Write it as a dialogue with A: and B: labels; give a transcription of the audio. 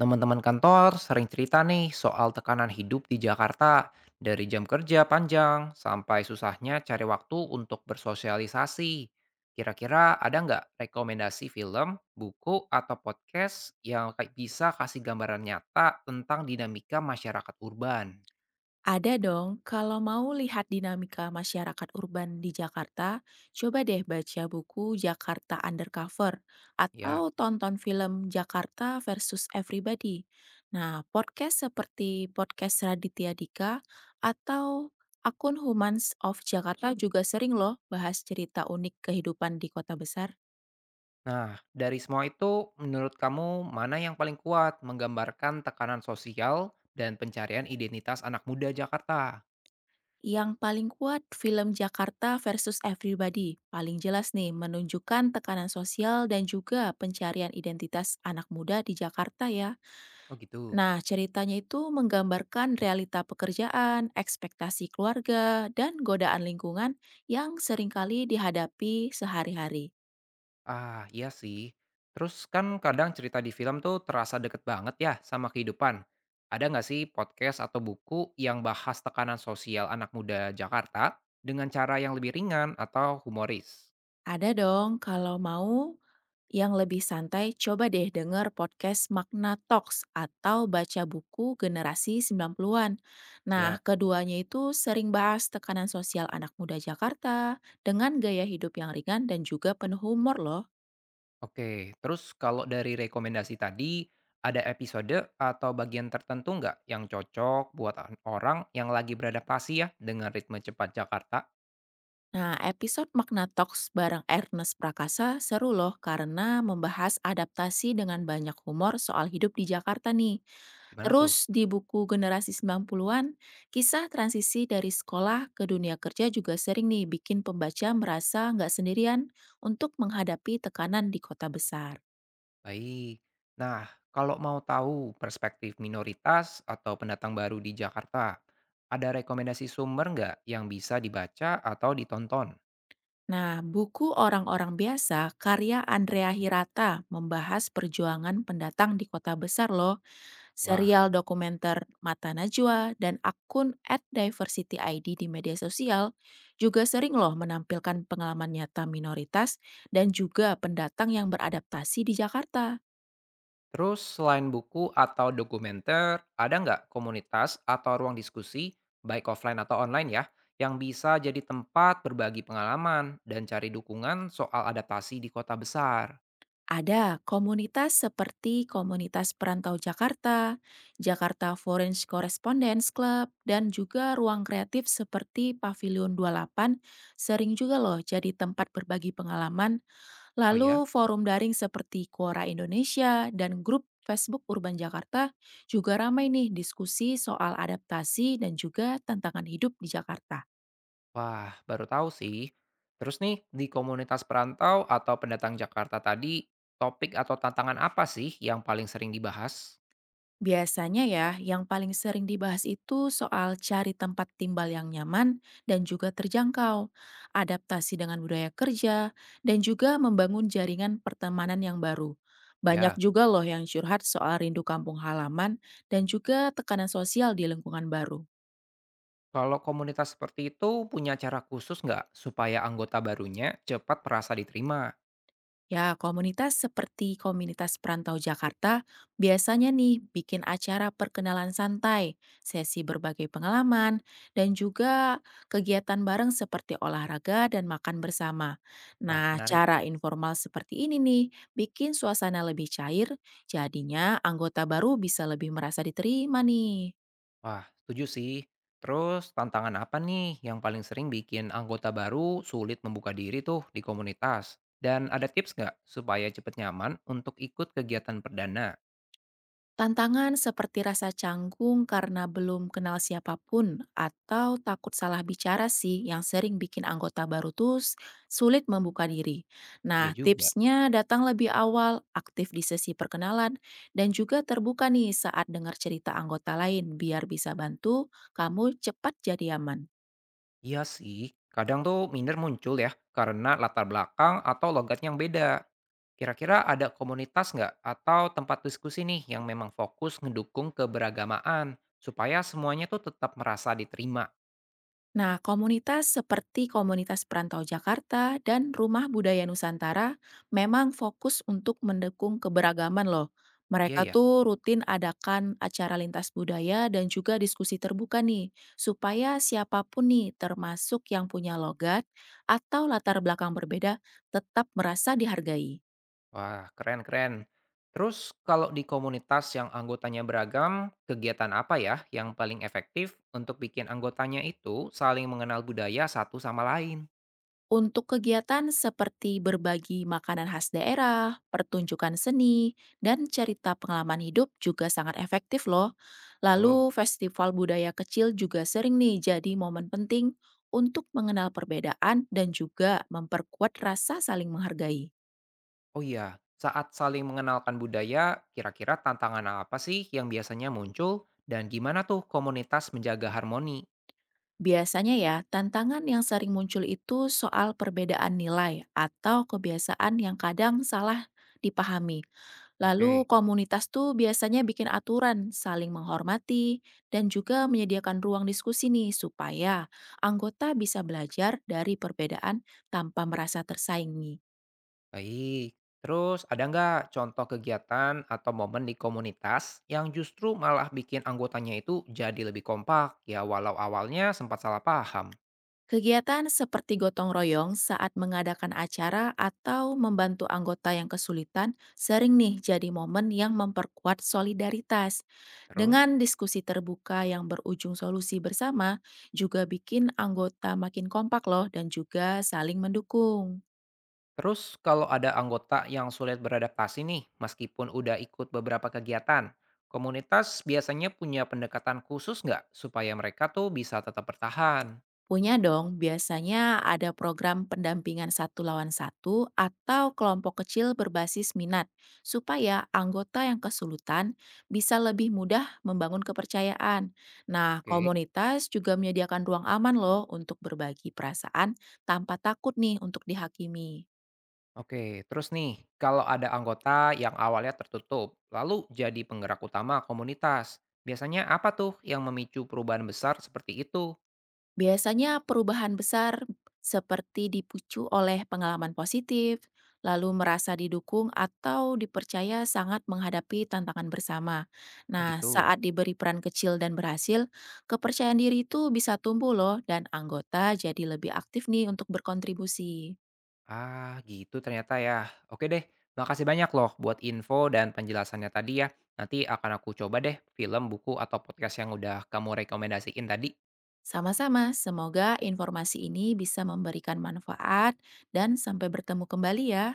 A: Teman-teman kantor sering cerita nih soal tekanan hidup di Jakarta, dari jam kerja panjang sampai susahnya cari waktu untuk bersosialisasi. Kira-kira ada nggak rekomendasi film, buku, atau podcast yang kayak bisa kasih gambaran nyata tentang dinamika masyarakat urban?
B: Ada dong. Kalau mau lihat dinamika masyarakat urban di Jakarta, coba deh baca buku Jakarta Undercover atau
A: Ya.
B: tonton film Jakarta versus Everybody. Nah, podcast seperti podcast Raditya Dika atau akun Humans of Jakarta juga sering loh bahas cerita unik kehidupan di kota besar.
A: Nah, dari semua itu, menurut kamu mana yang paling kuat menggambarkan tekanan sosial dan pencarian identitas anak muda Jakarta?
B: Yang paling kuat film Jakarta versus Everybody. Paling jelas nih menunjukkan tekanan sosial dan juga pencarian identitas anak muda di Jakarta ya.
A: Oh gitu.
B: Nah, ceritanya itu menggambarkan realita pekerjaan, ekspektasi keluarga, dan godaan lingkungan yang seringkali dihadapi sehari-hari.
A: Ah, iya sih. Terus kan kadang cerita di film tuh terasa deket banget ya sama kehidupan. Ada nggak sih podcast atau buku yang bahas tekanan sosial anak muda Jakarta dengan cara yang lebih ringan atau humoris?
B: Ada dong, kalau mau yang lebih santai, coba deh denger podcast Makna Talks atau baca buku Generasi 90-an. Nah,
A: Siap.
B: keduanya itu sering bahas tekanan sosial anak muda Jakarta dengan gaya hidup yang ringan dan juga penuh humor loh.
A: Oke, terus kalau dari rekomendasi tadi, ada episode atau bagian tertentu nggak yang cocok buat orang yang lagi beradaptasi ya dengan ritme cepat Jakarta?
B: Nah, episode Magna Talks bareng Ernest Prakasa seru loh karena membahas adaptasi dengan banyak humor soal hidup di Jakarta nih.
A: Gimana tuh?
B: Terus di buku Generasi 90-an, kisah transisi dari sekolah ke dunia kerja juga sering nih bikin pembaca merasa nggak sendirian untuk menghadapi tekanan di kota besar.
A: Baik. Nah, kalau mau tahu perspektif minoritas atau pendatang baru di Jakarta, ada rekomendasi sumber nggak yang bisa dibaca atau ditonton?
B: Nah, buku Orang-orang Biasa karya Andrea Hirata membahas perjuangan pendatang di kota besar loh,
A: Wah,
B: serial dokumenter Mata Najwa, dan akun @diversityid di media sosial juga sering loh menampilkan pengalaman nyata minoritas dan juga pendatang yang beradaptasi di Jakarta.
A: terus selain buku atau dokumenter, ada nggak komunitas atau ruang diskusi, baik offline atau online ya, yang bisa jadi tempat berbagi pengalaman dan cari dukungan soal adaptasi di kota besar?
B: Ada komunitas seperti Komunitas Perantau Jakarta, Jakarta Foreign Correspondence Club, dan juga ruang kreatif seperti Pavilion 28 sering juga loh jadi tempat berbagi pengalaman.
A: Oh ya?
B: Lalu forum daring seperti Quora Indonesia dan grup Facebook Urban Jakarta juga ramai nih diskusi soal adaptasi dan juga tantangan hidup di Jakarta.
A: Wah, baru tahu sih. Terus nih, di komunitas perantau atau pendatang Jakarta tadi, topik atau tantangan apa sih yang paling sering dibahas?
B: Biasanya ya, yang paling sering dibahas itu soal cari tempat timbal yang nyaman dan juga terjangkau, adaptasi dengan budaya kerja, dan juga membangun jaringan pertemanan yang baru. Banyak
A: Ya,
B: juga loh yang curhat soal rindu kampung halaman dan juga tekanan sosial di lingkungan baru.
A: kalau komunitas seperti itu punya cara khusus nggak supaya anggota barunya cepat merasa diterima?
B: Ya, komunitas seperti Komunitas Perantau Jakarta biasanya nih bikin acara perkenalan santai, sesi berbagai pengalaman, dan juga kegiatan bareng seperti olahraga dan makan bersama.
A: Wah,
B: Nah,
A: menarik.
B: cara informal seperti ini nih bikin suasana lebih cair, jadinya anggota baru bisa lebih merasa diterima nih.
A: Wah, setuju sih. Terus tantangan apa nih yang paling sering bikin anggota baru sulit membuka diri tuh di komunitas? Dan ada tips nggak supaya cepat nyaman untuk ikut kegiatan perdana?
B: Tantangan seperti rasa canggung karena belum kenal siapapun atau takut salah bicara sih yang sering bikin anggota baru tuh sulit membuka diri.
A: Ya
B: Nah,
A: juga.
B: tipsnya datang lebih awal, aktif di sesi perkenalan, dan juga terbuka nih saat dengar cerita anggota lain biar bisa bantu kamu cepat jadi aman.
A: Iya sih, kadang tuh minder muncul ya karena latar belakang atau logat yang beda. Kira-kira ada komunitas nggak atau tempat diskusi nih yang memang fokus ngedukung keberagamaan supaya semuanya tuh tetap merasa diterima.
B: Nah, komunitas seperti Komunitas Perantau Jakarta dan Rumah Budaya Nusantara memang fokus untuk mendukung keberagaman loh.
A: Iya
B: Mereka
A: ya.
B: tuh rutin adakan acara lintas budaya dan juga diskusi terbuka nih, supaya siapapun nih, termasuk yang punya logat atau latar belakang berbeda, tetap merasa dihargai.
A: Wah, keren-keren. Terus kalau di komunitas yang anggotanya beragam, kegiatan apa ya yang paling efektif untuk bikin anggotanya itu saling mengenal budaya satu sama lain?
B: Untuk kegiatan seperti berbagi makanan khas daerah, pertunjukan seni, dan cerita pengalaman hidup juga sangat efektif loh.
A: Betul.
B: Lalu festival budaya kecil juga sering nih jadi momen penting untuk mengenal perbedaan dan juga memperkuat rasa saling menghargai.
A: Oh iya, saat saling mengenalkan budaya, kira-kira tantangan apa sih yang biasanya muncul dan gimana tuh komunitas menjaga harmoni?
B: Biasanya ya, tantangan yang sering muncul itu soal perbedaan nilai atau kebiasaan yang kadang salah dipahami.
A: Oke.
B: Lalu komunitas tuh biasanya bikin aturan, saling menghormati, dan juga menyediakan ruang diskusi nih supaya anggota bisa belajar dari perbedaan tanpa merasa tersaingi.
A: Baik, terus ada nggak contoh kegiatan atau momen di komunitas yang justru malah bikin anggotanya itu jadi lebih kompak ya walau awalnya sempat salah paham?
B: Kegiatan seperti gotong royong saat mengadakan acara atau membantu anggota yang kesulitan sering nih jadi momen yang memperkuat solidaritas. Dengan
A: Terus?
B: diskusi terbuka yang berujung solusi bersama, juga bikin anggota makin kompak loh dan juga saling mendukung.
A: Terus kalau ada anggota yang sulit beradaptasi nih, meskipun udah ikut beberapa kegiatan, komunitas biasanya punya pendekatan khusus nggak supaya mereka tuh bisa tetap bertahan?
B: Punya dong, biasanya ada program pendampingan satu lawan satu atau kelompok kecil berbasis minat, supaya anggota yang kesulitan bisa lebih mudah membangun kepercayaan. Nah,
A: Oke.
B: komunitas juga menyediakan ruang aman loh untuk berbagi perasaan tanpa takut nih untuk dihakimi.
A: Oke, terus nih, kalau ada anggota yang awalnya tertutup, lalu jadi penggerak utama komunitas, biasanya apa tuh yang memicu perubahan besar seperti itu?
B: Biasanya perubahan besar seperti dipicu oleh pengalaman positif, lalu merasa didukung atau dipercaya sangat menghadapi tantangan bersama.
A: Oh
B: Nah,
A: gitu.
B: saat diberi peran kecil dan berhasil, kepercayaan diri itu bisa tumbuh loh dan anggota jadi lebih aktif nih untuk berkontribusi.
A: Ah, gitu ternyata ya. Oke deh, makasih banyak loh buat info dan penjelasannya tadi ya. Nanti akan aku coba deh film, buku, atau podcast yang udah kamu rekomendasiin tadi.
B: Sama-sama, semoga informasi ini bisa memberikan manfaat dan sampai bertemu kembali ya.